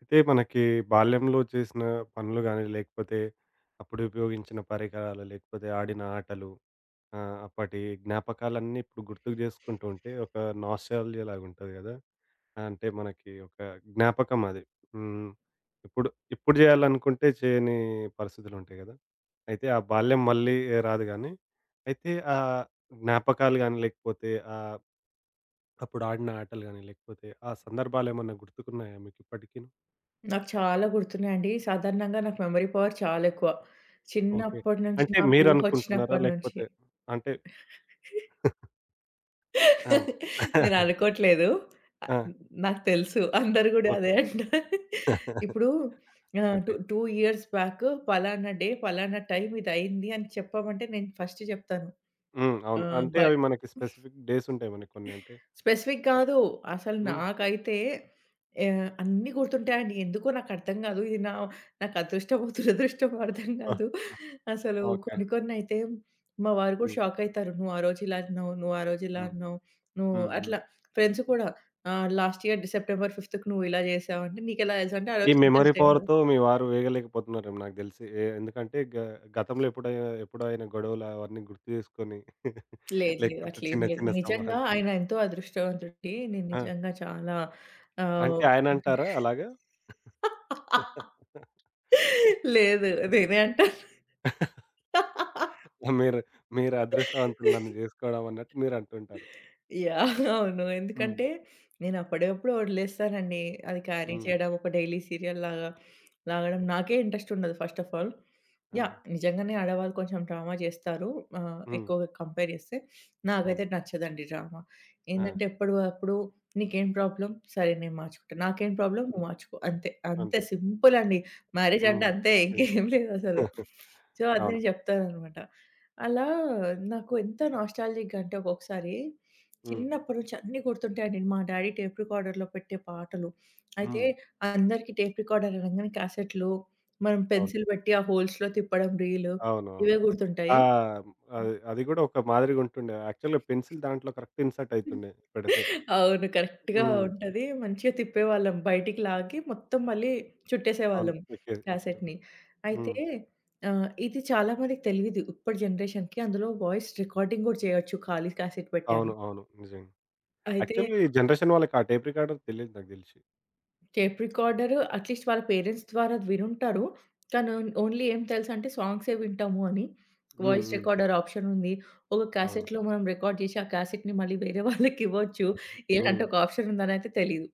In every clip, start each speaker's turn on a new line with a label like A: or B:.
A: అయితే మనకి బాల్యంలో చేసిన పనులు గానీ, లేకపోతే అప్పుడు ఉపయోగించిన పరికరాలు, లేకపోతే ఆడిన ఆటలు, అప్పటి జ్ఞాపకాలన్నీ ఇప్పుడు గుర్తుకు జేసుకుంటూ ఉంటే ఒక నాస్టాల్జియా లాగుంటది గదా! అంటే మనకి ఒక జ్ఞాపకం అది. హ్మ్. ఇప్పుడు, ఇప్పుడు జేయాలనుకుంటే చేయని పరిస్థితులుంటాయి గదా! అయితే ఆ బాల్యం మళ్ళీ రాదు గానీ, అయితే ఆ జ్ఞాపకాలు గానీ, లేకపోతే ఆహ్, అప్పుడు ఆడిన ఆటలు గానీ, లేకపోతే ఆ సందర్భాలేమన్నా గుర్తుకున్నాయా మీకిప్పటికీ?
B: నాకు చాలా గుర్తున్నాయండి. సాధారణంగా నాకు మెమరీ పవర్ చాలా ఎక్కువ.
A: ఓకే.
B: చిన్నప్పటి నుంచి
A: అంటే
B: నాకు
A: మీరనుకుంటున్నారా?
B: ఊహొచ్చినప్పటి నుంచి.
A: లేకపోతే అంటే ఆ!
B: నేను అనుకోట్లేదు. ఆహ్,
A: ఆ!
B: నాకు తెలుసు. అందరూ గూడా
A: ఓకే.
B: అదే అంటారు. ఇప్పుడు
A: ఓకే.
B: 2 ఇయర్స్ బ్యాక్ పలానా డే, పలానా టైమ్ ఇదయింది అని చెప్పమంటే నేను ఫస్ట్ జెప్తాను.
A: హ్మ్. అవును. అంటే అవి మనకి స్పెసిఫిక్ డేస్ ఉంటాయి మనకి కొన్ని అంటే
B: స్పెసిఫిక్
A: ఆహ్,
B: కాదు. అసలు
A: హ్మ్.
B: నాకైతే అన్నీ గుర్తుంటాయండి. ఎందుకో నాకర్థం గాదు. ఇది నాకు అదృష్టమో, దురదృష్టమో అర్థం గాదు. అసలు
A: ఓకే.
B: కొన్ని కొన్నైతే మా వారు కూడా
A: హ్మ్.
B: షాక్ అయితారు. "నువ్వు ఆ రోజు ఇలా అన్నావు, నువ్వు ఆ రోజు ఇలా
A: హ్మ్.
B: అన్నావు, నువ్వు"
A: హ్మ్. హ్మ్.
B: అట్లా ఫ్రెండ్స్ కూడా "లాస్ట్ ఇయర్ సెప్టెంబర్ 5థ్‌కి నువ్వు ఇలా చేసావు" అంటే, "నీకెలా తెలుసు" అంటే, "ఆ
A: ఈ
B: రోజు
A: మెమరీ
B: టీచర్స్ డే గదా!"
A: పవర్‌తో మీ వారు వేగలేకపోతున్నారేమో నాకు తెలిసి. ఎందుకంటే గతంలో ఎప్పుడో అయిన గొడవలు అవన్నీ గుర్తు చేసుకొని
B: లేదు, లేదు.
A: లేకపోతే
B: అట్లేం
A: చిన్న
B: లేదు.
A: చిన్న
B: నిజంగా
A: సంభాషణలు.
B: ఆయన ఎంతో అదృష్టవంతుడండి. నేను
A: ఆ!
B: నిజంగా చాలా ఆహ్,
A: అంటే ఆయన అంటారా అలాగా?
B: లేదు.
A: ఓకే.
B: నేనే అంటాను.
A: మీరు మీరు అదృష్టవంతులు నన్ను జేసుకోవడం అన్నట్టు మీరంటుంటారు.
B: యాహ్! అవును.
A: హ్మ్.
B: ఎందుకంటే నేను అప్పటికప్పుడు వదిలేస్తానండి. అది క్యారీ
A: హ్మ్.
B: చేయడం ఒక డైలీ సీరియల్‌లాగా లాగడం
A: హ్మ్.
B: నాకే ఇంట్రెస్ట్ ఉండదు ఫస్ట్ ఆఫ్ ఆల్. యాహ్!
A: ఆహా!
B: నిజంగానే ఆడవాళ్ళు కొంచెం డ్రామా చేస్తారు.
A: హ్మ్.
B: ఎక్కువగా కంపేర్ చేస్తే.
A: అవును.
B: నాకైతే నచ్చదండి డ్రామా.
A: ఆ!
B: ఏందంటే ఎప్పటివప్పుడు "నీకేం ప్రాబ్లమ్? సరే నేను మార్చుకుంటా. నాకేం ప్రాబ్లమ్?
A: హ్మ్.
B: నువ్వు మార్చుకో." అంతే. అంతే
A: అంతే.
B: సింపుల్ అండి. మ్యారేజ్ అంటే
A: హ్మ్.
B: అంతే
A: హ్మ్.
B: ఇంకేం లేదసలు. సో, అది
A: అవును.
B: నేను చెప్తాననమాట. అలా నాకు ఎంత నాస్టాల్జిక్‌గా అంటే ఒక్కొక్కసారి
A: హ్మ్.
B: చిన్నప్పటి నుంచి అన్నీ గుర్తుంటాయండి. మా డ్యాడీ టేప్ రికార్డర్‌లో పెట్టే పాటలు. అయితే
A: హ్మ్.
B: అందరికీ టేప్ రికార్డర్ అనంగానే క్యాసెట్‌లు, మనం
A: అవును.
B: పెన్సిల్ పెట్టి ఆ హోల్స్‌లో తిప్పడం రీలు
A: అవునవును.
B: ఇవే
A: ఆ!
B: గుర్తుంటాయి.
A: అది అది గూడా ఒక మాదిరిగుంటుండే. యాక్చువల్‌గా పెన్సిల్ దాంట్లో కరెక్ట్ ఇన్సర్ట్ అయితుండే పెడితే.
B: అవును. కరెక్ట్‌గా
A: హ్మ్.
B: ఉంటది. మంచిగా తిప్పేవాళ్ళం. బయటికి లాగి మొత్తం మళ్ళీ
A: అవును.
B: చుట్టేసేవాళ్ళం
A: ఎక్కేది. ఎక్కించాం.
B: క్యాసెట్‌ని.
A: హ్మ్.
B: అయితే ఇది చాలా మందికి తెలీదు. ఇప్పటి జనరేషన్‌కి అందులో వాయిస్ రికార్డింగ్ కూడా చేయొచ్చు ఖాళీ క్యాసెట్ పెట్టి
A: అవును.
B: అని.
A: అవును. నిజంగా.
B: అయితే
A: యాక్చువల్‌గా ఈ జనరేషన్ వాళ్ళకి ఆ టేప్ రికార్డర్ తెలీదు నాకు దెలిసి.
B: టేప్ రికార్డర్ అట్‌లీస్ట్ వాళ్ళ పేరెంట్స్ ద్వారా వినుంటారు. కానీ ఓన్లీ ఏం తెలుసంటే సాంగ్సే వింటాము అని.
A: హ్మ్.
B: వాయిస్
A: హ్మ్.
B: రికార్డర్ ఆప్షన్ ఉంది. ఒక
A: అవును.
B: క్యాసెట్‌లో మనం రికార్డ్ చేసి ఆ క్యాసెట్‌ని మళ్ళీ వేరే వాళ్ళకివ్వచ్చు.
A: హ్మ్.
B: ఇలాంటి ఒక ఆప్షన్ ఉందనైతే తెలీదు.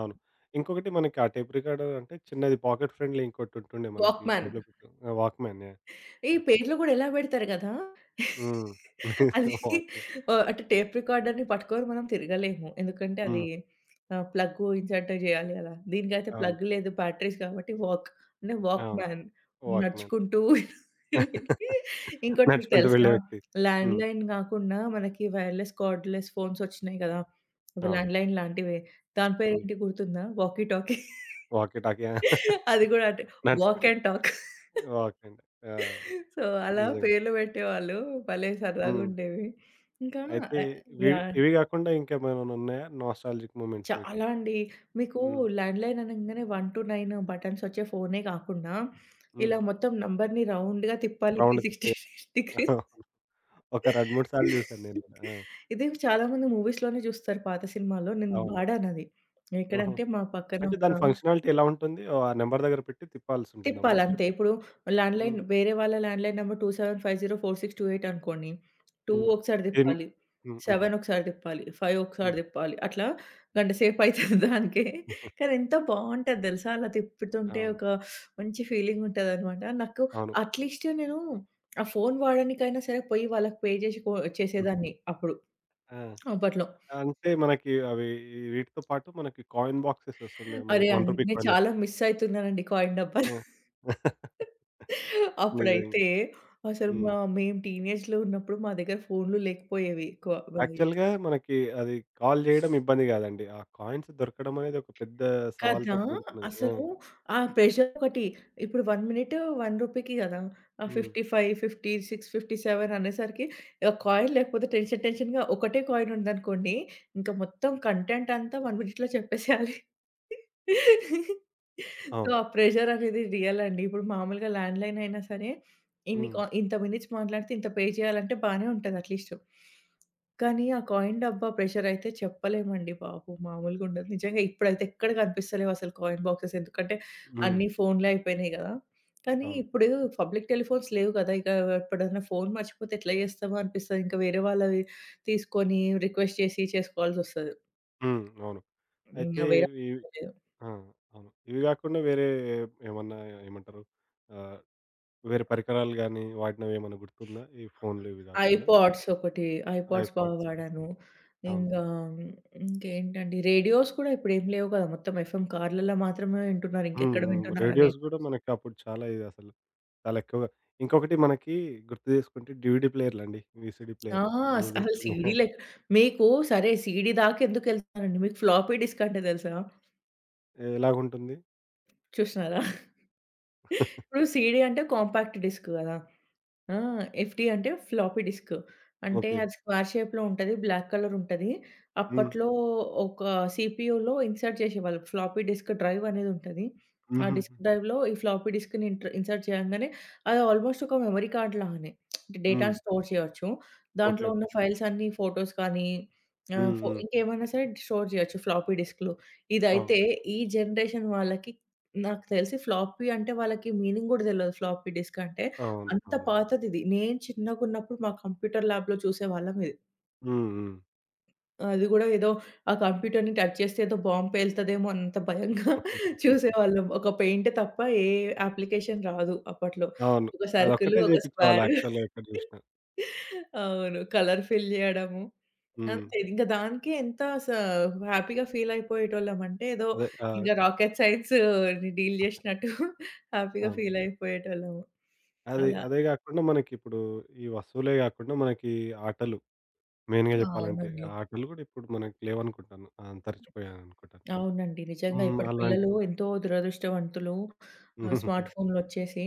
A: అవును. ఇంకొకటి మనకి ఆ టేప్ రికార్డర్ అంటే చిన్నది పాకెట్ ఫ్రెండ్లీ ఇంకోటి ఉంటుండే మనకి
B: వాక్‌మ్యాన్.
A: జేబులో పెట్టుకుని ఆ! Walkman yeah!
B: ఈ
A: కరెక్టే.
B: పేర్లు గూడా ఎలా బెడతారు గదా!
A: హ్మ్.
B: అది
A: వాక్‌మ్యాన్.
B: అటు టేప్ రికార్డర్‌ని పట్టుకొని మనం తిరగలేము. ఎందుకంటే అది
A: హ్మ్.
B: ప్లగ్ ఇన్సర్ట్ జేయాలి గదా! దీనికైతే
A: అవును.
B: ప్లగ్ లేదు, బ్యాటరీస్ కాబట్టి అంటే
A: అవును.
B: Walkman
A: walkman.
B: నడుచుకుంటూ వెళ్ళి ఇంకోటి మీకు
A: నడుచుకుంటూ వెళ్ళే
B: తెలుసా?
A: వ్యక్తి. హ్మ్.
B: ల్యాండ్‌లైన్ గాకుండా మనకి వైర్‌లెస్, కార్డ్‌లెస్ ఫోన్స్ ఒచ్చినాయి గదా! అవి
A: అవును.
B: ల్యాండ్‌లైన్ లాంటివే. దాని
A: హ్మ్.
B: పేరేంటి గుర్తుందా? Walkie talkie.
A: Walkie talkie.
B: అది గూడా అంటే వాక్
A: నడుచుకుంటూ
B: అండ్ టాక్.
A: వాక్‌మ్యాన్. ఆ!
B: సో, అలా
A: నిజంగా.
B: పేర్లు పెట్టేవాళ్ళు. భలే
A: హ్మ్.
B: సరదాగుండేవి. ఇంకా
A: అయితే
B: ఆహ్,
A: ఇవి
B: యాహ్!
A: ఇవి గాకుండా ఇంకేమైనా ఉన్నాయా నాస్టాల్జిక్ మూమెంట్స్ మీకు?
B: చాలా అండి. మీకు
A: హ్మ్.
B: ల్యాండ్‌లైన్ అనంగానే 1-9 బటన్స్ వచ్చే ఫోనే కాకుండా,
A: హ్మ్.
B: ఇలా మొత్తం నంబర్‌ని రౌండ్‌గా తిప్పాలి
A: రౌండ్
B: 360
A: తిప్పే
B: డిగ్రీస్.
A: ఒక 2, 3 సార్లు చూసాను నేను గూడా. ఆ!
B: ఇది చాలా మంది మూవీస్‌లోనే చూస్తారు పాత సినిమాల్లో. నేను
A: అవును.
B: వాడానది.
A: ఆహా!
B: ఎక్కడంటే మా పక్కన
A: అంటే
B: ఒక
A: దాని ఫంక్షనాలిటీ ఎలా ఉంటుంది? ఓహ్! ఆ నంబర్ దగ్గర పెట్టి తిప్పాల్సుంటుందా మనం
B: తిప్పాలంతే.
A: చుట్టూ?
B: ఇప్పుడు
A: హ్మ్.
B: ల్యాండ్‌లైన్ వేరే వాళ్ళ ల్యాండ్‌లైన్ నంబర్ 27504628 అనుకోండి. 2
A: హ్మ్.
B: ఒకసారి
A: ఏం
B: తిప్పాలి.
A: హ్మ్. హుహు.
B: 7 ఒకసారి తిప్పాలి. 5 ఒకసారి
A: హ్మ్.
B: తిప్పాలి. అట్లా గంట సేపు అయితది దానికే. కానీ ఎంత బావుంటది తెలుసా? అలా తిప్పుతుంటే
A: అవును.
B: ఒక మంచి ఫీలింగ్ ఉంటదనమాట. నాకు
A: అవును.
B: అట్‌లీస్ట్ నేను ఆ ఫోను వాడడానికైనా సరే పోయి వాళ్ళకి పే చేసి చేసేదాన్ని అప్పుడు.
A: ఆ!
B: అప్పట్లో.
A: అంటే మనకి అవి ఈ వీటితో పాటు మనకి కాయిన్ బాక్సెస్ వస్తుండే.
B: అరే!
A: మనకి రూ. 1
B: నేను
A: కాయిన్.
B: చాలా మిస్ అయితున్నానండి కాయిన్ డబ్బాలు.
A: ఆ! నిజంగా.
B: అప్పుడైతే అసలు
A: హ్మ్.
B: మేము టీనేజ్‌లో ఉన్నప్పుడు మా దగ్గర ఫోన్‌లు లేకపోయేవి ఎక్కువ.
A: యాక్చువల్‌గా మనకి అది కాల్ చేయడం ఇబ్బంది కాదండి. ఆ కాయిన్స్ దొరకడం అనేది ఒక పెద్ద
B: కదా!
A: సవాలుతోటి కూడుకున్నది. ఆ!
B: అసలు ఆ ప్రెషర్ ఒకటి. ఇప్పుడు 1 మినిట్ ₹1కి కదా!
A: హ్మ్.
B: 55, 56, 57 అనేసరికి ఆ కాయిన్ లేకపోతే టెన్షన్ టెన్షన్‌గా ఒకటే కాయిన్ ఉందనుకోండి, ఇంకా మొత్తం కంటెంట్ అంతా 1 మినిట్‌లో చెప్పేసేయాలి. సో,
A: అవును.
B: ఆ ప్రెషర్ అనేది రియల్ అండి. ఇప్పుడు మామూలుగా ల్యాండ్‌లైన్ అయినా సరే, ఇన్ని
A: హ్మ్.
B: కా ఇంత మినిట్స్ మాట్లాడితే ఇంత పే చేయాలంటే బానే ఉంటది అట్‌లీస్ట్. కానీ ఆ కాయిన్ డబ్బా ప్రెషరయితే చెప్పలేమండి బాబు! మామూలుగుండదు. నిజంగా ఇప్పుడైతే ఎక్కడ కనిపిస్తలేవు అసలు కాయిన్ బాక్సెస్. ఎందుకంటే
A: హ్మ్.
B: అన్నీ ఫోన్‌లే అయిపోయినాయి గదా! కానీ
A: అవును.
B: ఇప్పుడు పబ్లిక్ టెలిఫోన్స్ లేవు గదా! ఇక ఎప్పుడన్నా ఫోన్ మర్చిపోతే ఎట్లా చేస్తామో అనిపిస్తది. ఇంకా వేరే వాళ్ళవి తీసుకొని రిక్వెస్ట్ చేసి చేసుకోవాల్సొస్తది.
A: హ్మ్. అవును.
B: ఇంగ
A: అయితే
B: వేరే
A: ఈ
B: లేదు.
A: ఆ! అవును. ఇవి గాకుండా వేరే ఏమన్నా ఏమంటారు? ఆహ్, వేరే పరికరాలు గానీ, వాడినవేమన్నా గుర్తుందా? ఈ ఫోన్లు ఇవి గాకుండా?
B: ఐపాడ్స్ ఒకటి, ఐపాడ్స్ బాగా
A: ఐపాడ్స్.
B: వాడాను.
A: అవును.
B: ఇంగా ఇంకేంటండి రేడియోస్ కూడా ఇప్పుడేం లేవు కదా! మొత్తం ఎఫ్ఎం కార్లలో మాత్రమే వింటున్నారు.
A: హ్మ్.
B: ఇంకెక్కడ
A: హ్మ్. రేడియోస్
B: వింటున్నారనేది.
A: గూడా మనకి అప్పుడు చాలా ఇదసలు. చాలా ఎక్కువగా. ఇంకొకటి మనకి గుర్తు జేసుకుంటే డీవీడీ ప్లేయర్‌లండి. వీసీడీ
B: ఆ!
A: ప్లేయర్లు. గు
B: అసలు సీడీ
A: గుర్తున్నాయా?
B: లెక్ మీకు సరే సీడీ దాకా ఎందుకెళ్తానండి. మీకు ఫ్లాపీ డిస్క్ అంటే తెలుసా?
A: ఎలాగుంటుంది?
B: చూసినారా? ఇప్పుడు సీడీ అంటే కాంపాక్ట్ డిస్క్ గదా! ఆ! ఎఫ్‌డి అంటే ఫ్లాపీ డిస్క్. అంటే
A: ఓకే.
B: అది స్క్వేర్ షేప్‌లో ఉంటది. బ్లాక్ కలర్ ఉంటది.
A: హ్మ్.
B: అప్పట్లో ఒక సీపీయూలో ఇన్సర్ట్ చేసేవాళ్ళు. ఫ్లాపీ డిస్క్ డ్రైవ్ అనేది ఉంటది. ఆ
A: హుహు.
B: డిస్క్ డ్రైవ్‌లో ఈ ఫ్లాపీ డిస్క్‌ని ఇన్సర్ట్ చేయంగానే అది ఆల్మోస్ట్ ఒక మెమరీ కార్డ్ లాగానే
A: హ్మ్.
B: డేటాను స్టోర్ చేయొచ్చు.
A: ఓకే.
B: దాంట్లో
A: ఓకే.
B: ఉన్న ఫైల్స్ అన్నీ ఫోటోస్ కానీ
A: హ్మ్. హ్మ్.
B: ఇంకేమైనా సరే స్టోర్ చేయొచ్చు ఫ్లాపీ డిస్క్‌లో.
A: ఆ!
B: ఇదైతే ఈ జనరేషన్ వాళ్ళకి నాకు తెలిసి ఫ్లాపీ అంటే వాళ్ళకి మీనింగ్ కూడా తెలవదు ఫ్లాపీ డిస్క్ అంటే.
A: అవును.
B: అంత
A: అవునండి.
B: పాతదిది. నేను చిన్నగున్నప్పుడు మా కంప్యూటర్ ల్యాబ్‌లో చూసేవాళ్ళం ఇది.
A: హ్మ్. హ్మ్.
B: అది గూడా ఏదో ఆ కంప్యూటర్‌ని టచ్ చేస్తే ఏదో బాంబ్ పేలుతదేమో అన్నంత భయంగా చూసేవాళ్ళం. ఒక పెయింట్ తప్ప ఏ అప్లికేషన్ రాదు అప్పట్లో.
A: అవును.
B: ఒక సర్కిలు,
A: అదొక్కటే
B: ఒక
A: జేపిచ్చేవాళ్ళు
B: స్క్వేరు
A: యాక్చువల్‌గా ఎక్కడ జూషినా.
B: అవును. కలర్ ఫిల్ జేయడము.
A: హ్మ్.
B: అంతే ఇంక దానికే ఎంత స హ్యాపీగా ఫీల్ అయిపోయేటోళ్ళమంటే ఏదో
A: అదే. ఆ!
B: ఇంక రాకెట్ సైన్స్‌ని డీల్ జేసినట్టు హ్యాపీగా
A: అవును.
B: ఫీల్ అయిపోయేటోళ్ళము.
A: అది
B: అలా.
A: అదే గాకుండా మనకిప్పుడు ఈ వస్తువులే గాకుండా మనకి ఆటలు మెయిన్‌గా జెప్పాలంటే.
B: అవునండి.
A: ఆటలు గూడా ఇప్పుడు మనకి లేవనుకుంటాను. అంతరించిపోయాయనుకుంటాను.
B: అవునండి. నిజంగా
A: హ్మ్.
B: ఇప్పటి
A: అలాంటి
B: పిల్లలు ఎంతో దురదృష్టవంతులు. స్మార్ట్ ఫోన్‌లొచ్చేసి.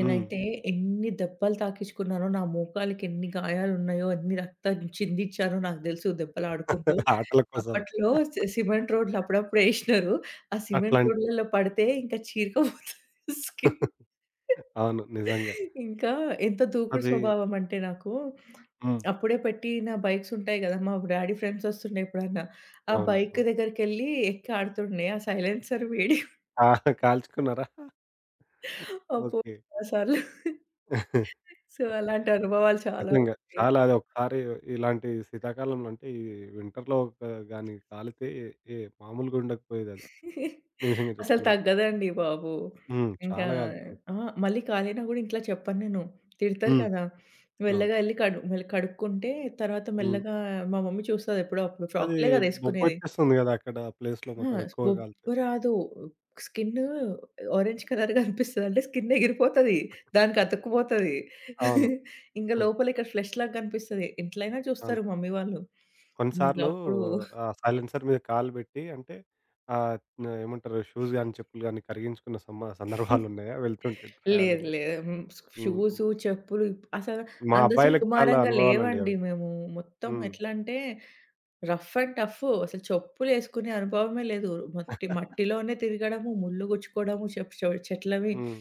A: హ్మ్.
B: ఎన్ని దెబ్బలు తాకిచ్చుకున్నానో, నా మోకాలికి ఎన్ని గాయాలున్నాయో, ఎన్ని రక్తం చిందిచ్చానో నాకు దెలుసు దెబ్బలాడుకుంటూ.
A: ఆటల కోసం.
B: అప్పట్లో సిమెంట్ రోడ్లు అప్పుడప్పుడు ఏసినారు. ఆ సిమెంట్
A: అట్లాంటి
B: రోడ్లలో పడితే ఇంకా చీరకపోతది స్కిన్.
A: అవును. నిజంగా.
B: ఇంకా ఎంత దూకుడు
A: అది
B: స్వభావం అంటే నాకు
A: హ్మ్.
B: అప్పుడే పెట్టిన బైక్స్ ఉంటాయి కదా! మా డాడీ ఫ్రెండ్స్ వస్తుండే ఎప్పుడన్నా. ఆ
A: అవును.
B: బైక్
A: అవును.
B: దగ్గరికెళ్ళి ఎక్కి ఆడుతుండే. ఆ సైలెన్సర్ వేడి
A: ఆ! కాల్చుకున్నారా?
B: అబ్బో!
A: ఓకే.
B: చాలా సార్లు. సో, అలాంటి అనుభవాలు చాలా
A: నిజంగా.
B: ఉన్నాయి.
A: చాలా అది ఒకసారి ఇలాంటి శీతాకాలంలో అంటే ఈ వింటర్‌లో ఒక గాని కాలితే ఏ మామూలుగా ఉండకపోయేదది. నిజంగా
B: అసలు
A: జెప్పాలంటే.
B: తగ్గదండి బాబు.
A: హ్మ్.
B: ఇంకా
A: చాలా కాలుతుంది.
B: ఆ! మళ్ళీ కాలినా గూడా ఇంట్లో చెప్పను నేను. తిడతారు
A: హ్మ్.
B: కదా!
A: అవును.
B: మెల్లగా ఎళ్లి మళ్ళీ కడుక్కుంటే తర్వాత
A: హ్మ్.
B: మెల్లగా మా మమ్మీ చూస్తది ఎప్పుడో అప్పుడు.
A: అది
B: ఫ్రాక్‌లే కదా! ఏసుకునేది.
A: బొబ్బొచ్చేస్తుంది గదా! అక్కడ ఆ ప్లేస్‌లో
B: ఆ!
A: మొత్తం ఎక్కువగా
B: బొబ్బ
A: కాలితే.
B: రాదు. స్కిన్ ఆరెంజ్ కలర్‌గా అనిపిస్తది. అంటే స్కిన్ ఎగిరిపోతది. దానికి అతుక్కుపోతది.
A: అవును.
B: ఇంక
A: హ్మ్.
B: లోపల ఇక్కడ ఫ్లెష్ లాగా కనిపిస్తది. ఎట్లైనా
A: అవును.
B: చూస్తారు మమ్మీ వాళ్ళు. ఇంక
A: కొన్నిసార్లు
B: అప్పుడు
A: ఆ సైలెన్సర్ మీద కాలు బెట్టి అంటే ఆహ్, ఏమంటారు షూస్ గాని, చెప్పులు గాని కరిగించుకున్న సందర్భాలున్నాయా వెళ్తుంటే
B: లేదు
A: ట్రావెలింగ్?
B: లేదు. హ్మ్.
A: హ్మ్. హ్మ్.
B: షూసు, చెప్పులు అసలు
A: మా
B: అంత
A: అబ్బాయిలకి చాలా
B: సుమారంగా
A: అనుభవాలండి
B: లేవండి
A: అవి.
B: మేము. మొత్తం
A: హ్మ్.
B: ఎట్లంటే రఫ్ అండ్ టఫ్. అసలు చెప్పులేసుకునే అనుభవమే లేదు. మట్టి మట్టిలోనే తిరగడము, ముళ్ళు గుచ్చుకోవడము, చెప్ చె చెట్లవి
A: హ్మ్.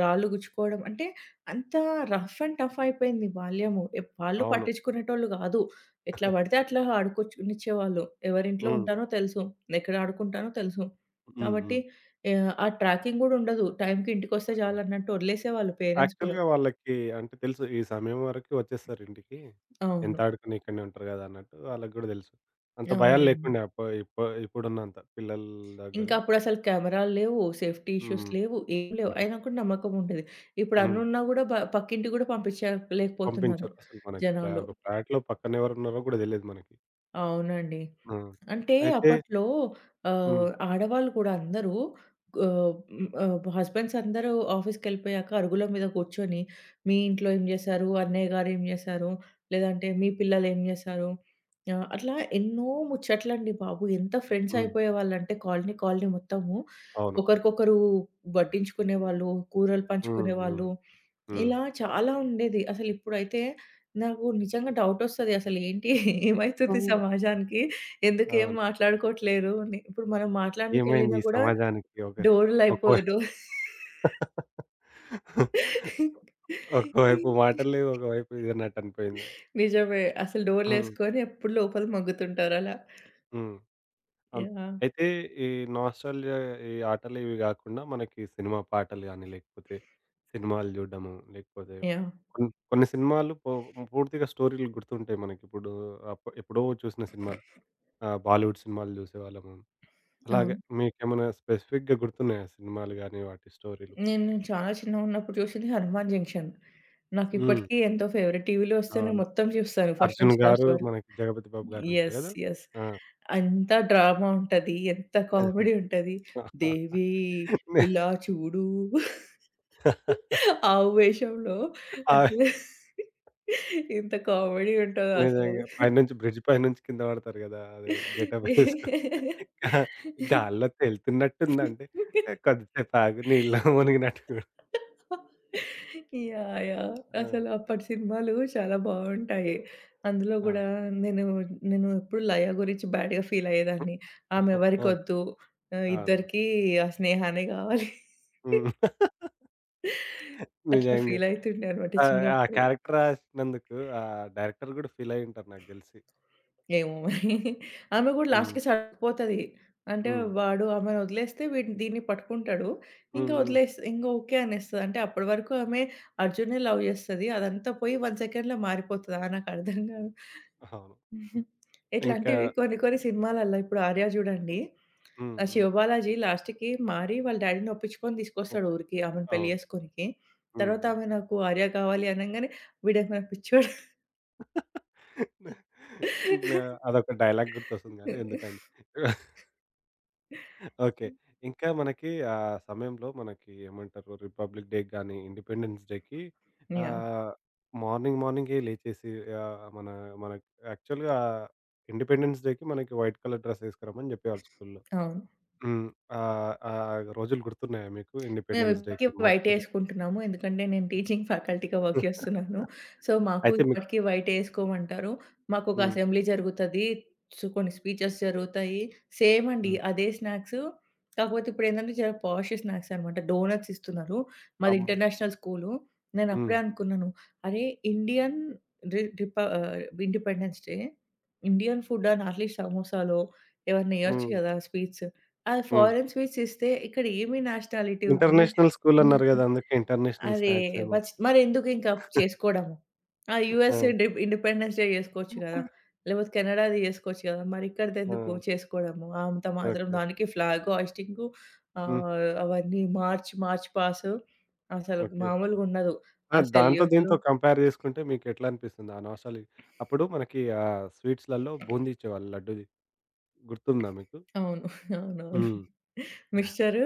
B: రాళ్ళు గుచ్చుకోవడం. అంటే అంత రఫ్ అండ్ టఫ్ అయిపోయింది బాల్యము. ఎప్ వాళ్ళు
A: అవును.
B: పట్టించుకునేటోళ్ళు కాదు. ఎట్లా పడితే అట్లా ఆడుకోనిచ్చేవాళ్ళు. ఎవరింట్లో
A: హ్మ్.
B: ఉంటానో తెలుసు. ఎక్కడ ఆడుకుంటానో తెలుసు.
A: హ్మ్.
B: కాబట్టి
A: హ్మ్.
B: ఆ ట్రాకింగ్ కూడా ఉండదు. టైంకి ఇంటికొస్తే చాలన్నట్టు వదిలేసేవాళ్ళు పేరెంట్స్ కూడా.
A: యాక్చువల్‌గా వాళ్ళకి అంటే తెలుసు. ఈ సమయం వరకు వచ్చేస్తారు ఇంటికి. ఎంత
B: అవును.
A: ఆడుకుని ఇక్కడనే ఉంటారు గదా! అన్నట్టు వాళ్ళకి గూడా తెలుసు. అంత భయాలు
B: అవునండి.
A: లేకుండే అప్ప ఇప్ప ఇప్పుడున్నంత పిల్లల దగ్గర.
B: ఇంకా అప్పుడసలు కెమెరాలు లేవు, సేఫ్టీ ఇష్యూస్
A: హ్మ్.
B: లేవు, ఏం లేవు.
A: హుహు.
B: అయినా కూడా నమ్మకం ఉండేది. ఇప్పుడు
A: హ్మ్.
B: అన్నున్నా గూడా పక్కింటికి గూడా పంపించలేకపోతున్నారు
A: పంపించరు. అసలు మనకి
B: జనాలు.
A: ఒక ఫ్లాట్‌లో పక్కన ఎవరున్నారో గూడా తెలీదు మనకి.
B: అవునండి.
A: ఆ!
B: అంటే
A: అయితే
B: అప్పట్లో
A: హ్మ్.
B: ఆడవాళ్ళు కూడా అందరూ హస్బెండ్స్ అందరూ ఆఫీస్‌కెళ్ళిపోయాక అరుగుల మీద కూర్చొని, మీ ఇంట్లో ఏం చేశారు? అన్నయ్య గారు ఏం చేశారు? లేదంటే మీ పిల్లలు ఏం చేశారు? అట్లా ఎన్నో ముచ్చట్లండి బాబు. ఎంత ఫ్రెండ్స్
A: హ్మ్.
B: అయిపోయేవాళ్ళంటే కాలనీ, కాలనీ మొత్తము
A: అవును.
B: ఒకరికొకరు వడ్డించుకునేవాళ్ళు, కూరలు
A: హ్మ్. హ్మ్.
B: పంచుకునేవాళ్ళు.
A: హ్మ్.
B: ఇలా చాలా ఉండేది. అసలిప్పుడైతే నాకు నిజంగా డౌటొస్తది. అసలేంటి ఏమైతుంది
A: హ్మ్.
B: సమాజానికి? ఎందుకేం
A: అవును.
B: మాట్లాడుకోవట్లేరు అని. ఇప్పుడు మనం
A: ఏమైంది
B: మాట్లాడనీకెళ్ళినా
A: ఈ
B: కూడా
A: సమాజానికి ఒక ఒక
B: డోర్‌లయిపో
A: వై
B: డో
A: ఒకవైపు మాటలు లేవు. ఒకవైపు ఇది అన్నట్టనిపోయింది.
B: నిజమే. అసలు
A: హ్మ్.
B: డోర్‌లేసుకొని ఎప్పుడు లోపల మగ్గుతుంటారు అలా.
A: హ్మ్. అవును.
B: యాహ్!
A: అయితే ఈ నోస్టాల్జియా ఈ ఆటలు ఇవి గాకుండా మనకి సినిమా పాటలు గాని, లేకపోతే సినిమాలు జూడ్డము, లేకపోతే
B: యాహ్!
A: కొన్ని సినిమాలు పూర్తిగా స్టోరీలు గుర్తుంటాయి మనకిప్పుడు. ఎప్పుడో చూసిన సినిమాలు. బాలీవుడ్ సినిమాలు జూసేవాళ్ళము. అలాగే
B: అవును.
A: మీకేమైనా స్పెసిఫిక్‌గా గుర్తున్నాయా సినిమాలు గాని, వాటి స్టోరీలు?
B: నేను చాలా చిన్నగున్నప్పుడు చూసింది 'హనుమాన్ జంక్షన్'.
A: హ్మ్.
B: నాకిప్పటికీ ఎంతో ఫేవరెట్. టీవీలో వస్తే నేను
A: అవును.
B: మొత్తం చూస్తాను ఫస్ట్
A: 'అర్జున్'
B: నుంచి
A: గారు,
B: లాస్ట్ వరకు.
A: మనకి 'జగపతి బాబు' గారుంటారు
B: యెస్.
A: గదా!
B: యెస్.
A: ఆ!
B: అంత డ్రామా ఉంటది. ఎంత కామెడీ ఉంటది. దేవి ఇలా చూడు ఆ వేషంలో
A: ఆ!
B: అసలు ఎంత కామెడీ ఉంటదో అసలది.
A: నిజంగా. పైనుంచి బ్రిడ్జ్ పైనుంచి కింద పడతారు గదా! అది గెటప్ వేసుకొని. గా గాల్లో తేలుతున్నట్టుందంటే కొద్దిసేపు ఆగు నీళ్ళలో మునిగినట్టు గూడా.
B: యాహ్! యాహ్!
A: ఆ!
B: అసలు అప్పటి సినిమాలు చాలా బావుంటాయి. అందులో
A: ఆ!
B: గూడా నేను, నేను ఎప్పుడు లయ గురించి బ్యాడ్‌గా ఫీల్ అయ్యేదాన్ని. ఆమె
A: ఆ!
B: ఎవరికొద్దు
A: అవును.
B: ఇద్దరికీ ఆ స్నేహానే గావాలి.
A: హ్మ్.
B: అట్లా
A: నిజంగా.
B: ఫీల్ అయితుండే అనమాట
A: ఆ! ఆ
B: చిన్నప్పుడు.
A: క్యారెక్టర్ రాసినందుకు ఆ డైరెక్టర్ గూడా ఫీల్ అయ్యుంటారు నాకు దెలిసి.
B: ఏమో మరి. ఆమె గూడా
A: హ్మ్.
B: లాస్ట్‌కి సర్దుకుపోతది. అంటే
A: హ్మ్.
B: వాడు ఆమెను వదిలేస్తే వీడు దీన్ని పట్టుకుంటాడు. ఇంకా
A: హ్మ్. హ్మ్.
B: వదిలేసి ఇంక ఓకే అనేస్తది. అంటే అప్పటి వరకు ఆమె అర్జున్‌నే లవ్ చేస్తది. అదంతా పోయి 1 సెకండ్‌లో మారిపోతదా నాకర్థం కాదు.
A: అవును.
B: హుహు.
A: ఇంకా
B: ఇట్లాంటివి కొన్ని కొన్ని సినిమాలల్ల ఇప్పుడు 'ఆర్య' చూడండి.
A: హ్మ్.
B: ఆ
A: హ్మ్.
B: 'శివబాలాజీ' లాస్ట్‌కి మారి వాళ్ళ డ్యాడీని ఒప్పించుకొని
A: ఓకే.
B: తీసుకొస్తాడు ఊరికి ఆమెను పెళ్లి
A: అవును.
B: చేసుకోనికి.
A: హ్మ్.
B: తర్వాత
A: హ్మ్.
B: ఆమె నాకు 'ఆర్య' కావాలి అనంగానే వీడేమైనా పిచ్చోడా?
A: న అదొక డైలాగ్ గుర్తొస్తుంది గానీ ఎందుకండి. ఓకే. ఇంకా మనకి ఆ సమయంలో మనకి ఏమంటారు రిపబ్లిక్ డే గాని, ఇండిపెండెన్స్ డేకి
B: యాహ్!
A: ఆహ్, మార్నింగ్ మార్నింగే లేచేసి ఆహ్, మన మనకి యాక్చువల్‌గా ఇండిపెండెన్స్ డేకి మనకి వైట్ కలర్ డ్రెస్ ఏసుకురమ్మని జెప్పేవాళ్ళు స్కూల్‌లో.
B: అవును.
A: హ్మ్. ఆ రోజులు గుర్తున్నాయా మీకు ఇండిపెండెన్స్
B: మేమిప్పటికి
A: డేకి
B: వైటే
A: పొద్దు
B: యేసుకుంటున్నాము. ఎందుకంటే నేను టీచింగ్ ఫ్యాకల్టీగా వర్క్ జేస్తున్నాను. సో, మాకు
A: అయితే మీకు
B: ఇప్పటికి వైటే యేసుకోమంటారు. మాకొక
A: హ్మ్.
B: అసెంబ్లీ జరుగుతది. సో, కొన్ని స్పీచెస్ జరుగుతాయి. సేమ్ అండి.
A: హ్మ్.
B: అదే స్నాక్స్. కాకపోతే ఇప్పుడేందంటే జర పాష్ స్నాక్స్ అనమాట. డోనట్స్ ఇస్తున్నారు. మాది
A: అమ్మ
B: ఇంటర్నేషనల్ స్కూలు.
A: హ్మ్.
B: నేనప్పుడే అనుకున్నాను. అరే! ఇండియన్ రి రిప ఇండిపెండెన్స్ డే. ఇండియన్ ఫుడ్ అని అట్లీస్ట్ సమోసాలో ఏవన్నా ఇయ్యొచ్చు
A: హ్మ్.
B: గదా! స్వీట్స్. ఆ
A: హ్మ్.
B: ఫారెన్ స్వీట్స్ ఇస్తే ఇక్కడ ఏమి నేషనాలిటీ ఉంది?
A: ఇంటర్నేషనల్ స్కూల్ అన్నారు గదా! అందుకే ఇంటర్నేషనల్
B: అదే
A: స్నాక్స్ ఏమో.
B: మరెందుకు ఇంకా చేసుకోవడము? ఆ
A: ఆ!
B: యూఎస్‌ఏ డి ఇండిపెండెన్స్ డే చేసుకోవచ్చు గదా! లేకపోతే కెనడాది చేసుకోవచ్చు గదా! మరిక్కడిదెందుకు
A: ఆ!
B: చేసుకోవడము? అంత మాత్రం
A: ఓకే.
B: దానికి ఫ్లాగ్ హోయిస్టింగు
A: హ్మ్.
B: అవన్నీ మార్చ్, మార్చ్ పాసు అసలు
A: ఓకే.
B: మామూలుగుండదు.
A: ఆ!
B: ఆ
A: దాంతో
B: సెల్యూట్లు
A: దీంతో కంపేర్ జేసుకుంటే మీకెట్లా అనిపిస్తుంది? ఆ నోస్టాల్జీ అప్పుడు మనకి స్వీట్స్‌లలో బూంది ఇచ్చేవాళ్ళు లడ్డూది. గుర్తుందా మీకు?
B: అవును. అవునవును.
A: హ్మ్.
B: Mixture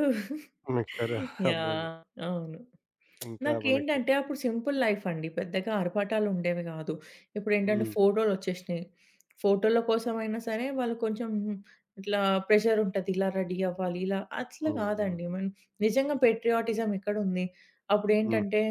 A: mixture boondi.
B: యాహ్! అవును.
A: ఇంకా మనకి
B: నాకేంటంటే అప్పుడు సింపుల్ లైఫ్ అండి. పెద్దగా ఆర్భాటాలు ఉండేవి గాదు. ఇప్పుడేంటంటే
A: హ్మ్.
B: ఫోటోలొచ్చేసినాయి. ఫోటోల కోసమైనా సరే వాళ్ళు కొంచెం ఇట్లా ప్రెషర్ ఉంటది. ఇలా రెడీ అవ్వాలి. ఇలా అట్లా
A: హ్మ్. హ్మ్.
B: కాదండి. మనం నిజంగా పేట్రియాటిజం ఎక్కడుంది?
A: హ్మ్.
B: అప్పుడేంటంటే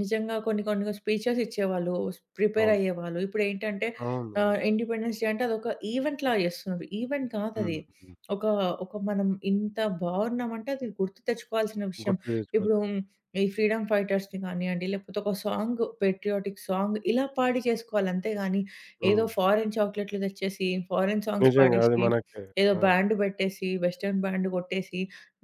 B: నిజంగా కొన్ని కొన్ని స్పీచెస్ ఇచ్చేవాళ్ళు. ప్రిపేర్
A: అవును.
B: అయ్యేవాళ్ళు. ఇప్పుడేంటంటే
A: అవునవును.
B: ఇండిపెండెన్స్ డే అంటే అదొక ఈవెంట్‌లా చేస్తున్నారు. ఈవెంట్ కాదది.
A: హ్మ్. హ్మ్.
B: ఒక ఒక మనం ఇంత బాగున్నామంటే అది గుర్తు తెచ్చుకోవాల్సిన విషయం.
A: గుర్తు తెచ్చుకోవచ్చు.
B: ఇప్పుడు ఈ ఫ్రీడమ్ ఫైటర్స్‌ని కానియండి, లేకపోతే ఒక సాంగ్ పేట్రియాటిక్ సాంగ్ ఇలా పాడి చేసుకోవాలి. అంతే గాని ఏదో
A: హ్మ్.
B: ఫారెన్ చాక్లెట్‌లు తెచ్చేసి, ఫారెన్ సాంగ్స్
A: నిజంగా అది
B: పాడేసి,
A: మనకి
B: ఏదో
A: ఆ!
B: బ్యాండ్ పెట్టేసి, వెస్టర్న్ బ్యాండ్ కొట్టేసి,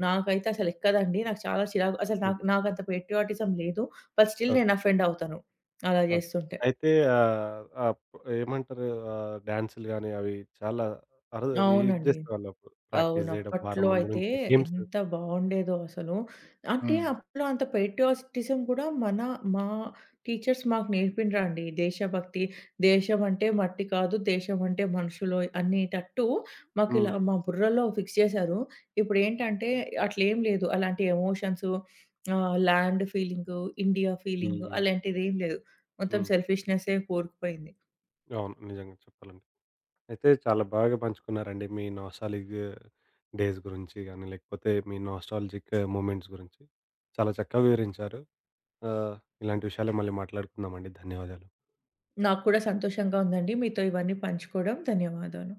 B: నాకైతే అసలు ఎక్కదండి. నాకు చాలా చిరాకు. అసలు
A: హ్మ్.
B: నాకు నాకంత పేట్రియాటిజం లేదు. But still
A: okay.
B: నేను అఫెండ్ అవుతాను అలా
A: అవును.
B: చేస్తుంటే.
A: అయితే ఆహ్, ఆహ్, ఏమంటారు డాన్సులు గాని అవి చాలా అరుదు ఇది
B: అవునండి.
A: జేసేవాళ్ళప్పుడు ప్రాక్టీస్
B: అవును.
A: జేయడం వారం
B: అప్పట్లో
A: ముందు
B: అయితే
A: నుంచే గేమ్స్.
B: ఎంత బావుండేదో అసలు. అంటే
A: హ్మ్.
B: అప్పట్లో అంత పేట్రియాటిజం కూడా మా టీచర్స్ మాకు నేర్పిండ్రండి. దేశభక్తి, దేశం అంటే మట్టి కాదు, దేశం అంటే మనుషులు అనేటట్టు
A: హ్మ్.
B: మాకిలా మా బుర్రలో ఫిక్స్ చేశారు. ఇప్పుడేంటంటే అట్లేం లేదు. అలాంటి ఎమోషన్స్ ల్యాండ్ ఫీలింగు, ఇండియా
A: హ్మ్.
B: ఫీలింగు
A: హ్మ్.
B: అలాంటిదేం లేదు. మొత్తం
A: హ్మ్.
B: సెల్ఫిష్‌నెస్సే కూరుకుపోయింది.
A: అవును. నిజంగా చెప్పాలంటే. అయితే చాలా బాగా పంచుకున్నారండి మీ నోస్టాలిక్ డేస్ గురించి గానీ, లేకపోతే మీ నోస్టాల్జిక్ మూమెంట్స్ గురించి. చాలా చక్కగా వివరించారు. ఆహ్, ఇలాంటి విషయాలే మళ్ళీ మాట్లాడుకుందామండి. ధన్యవాదాలు.
B: నాకు కూడా సంతోషంగా ఉందండి మీతో ఇవన్నీ పంచుకోవడం. ధన్యవాదాలు.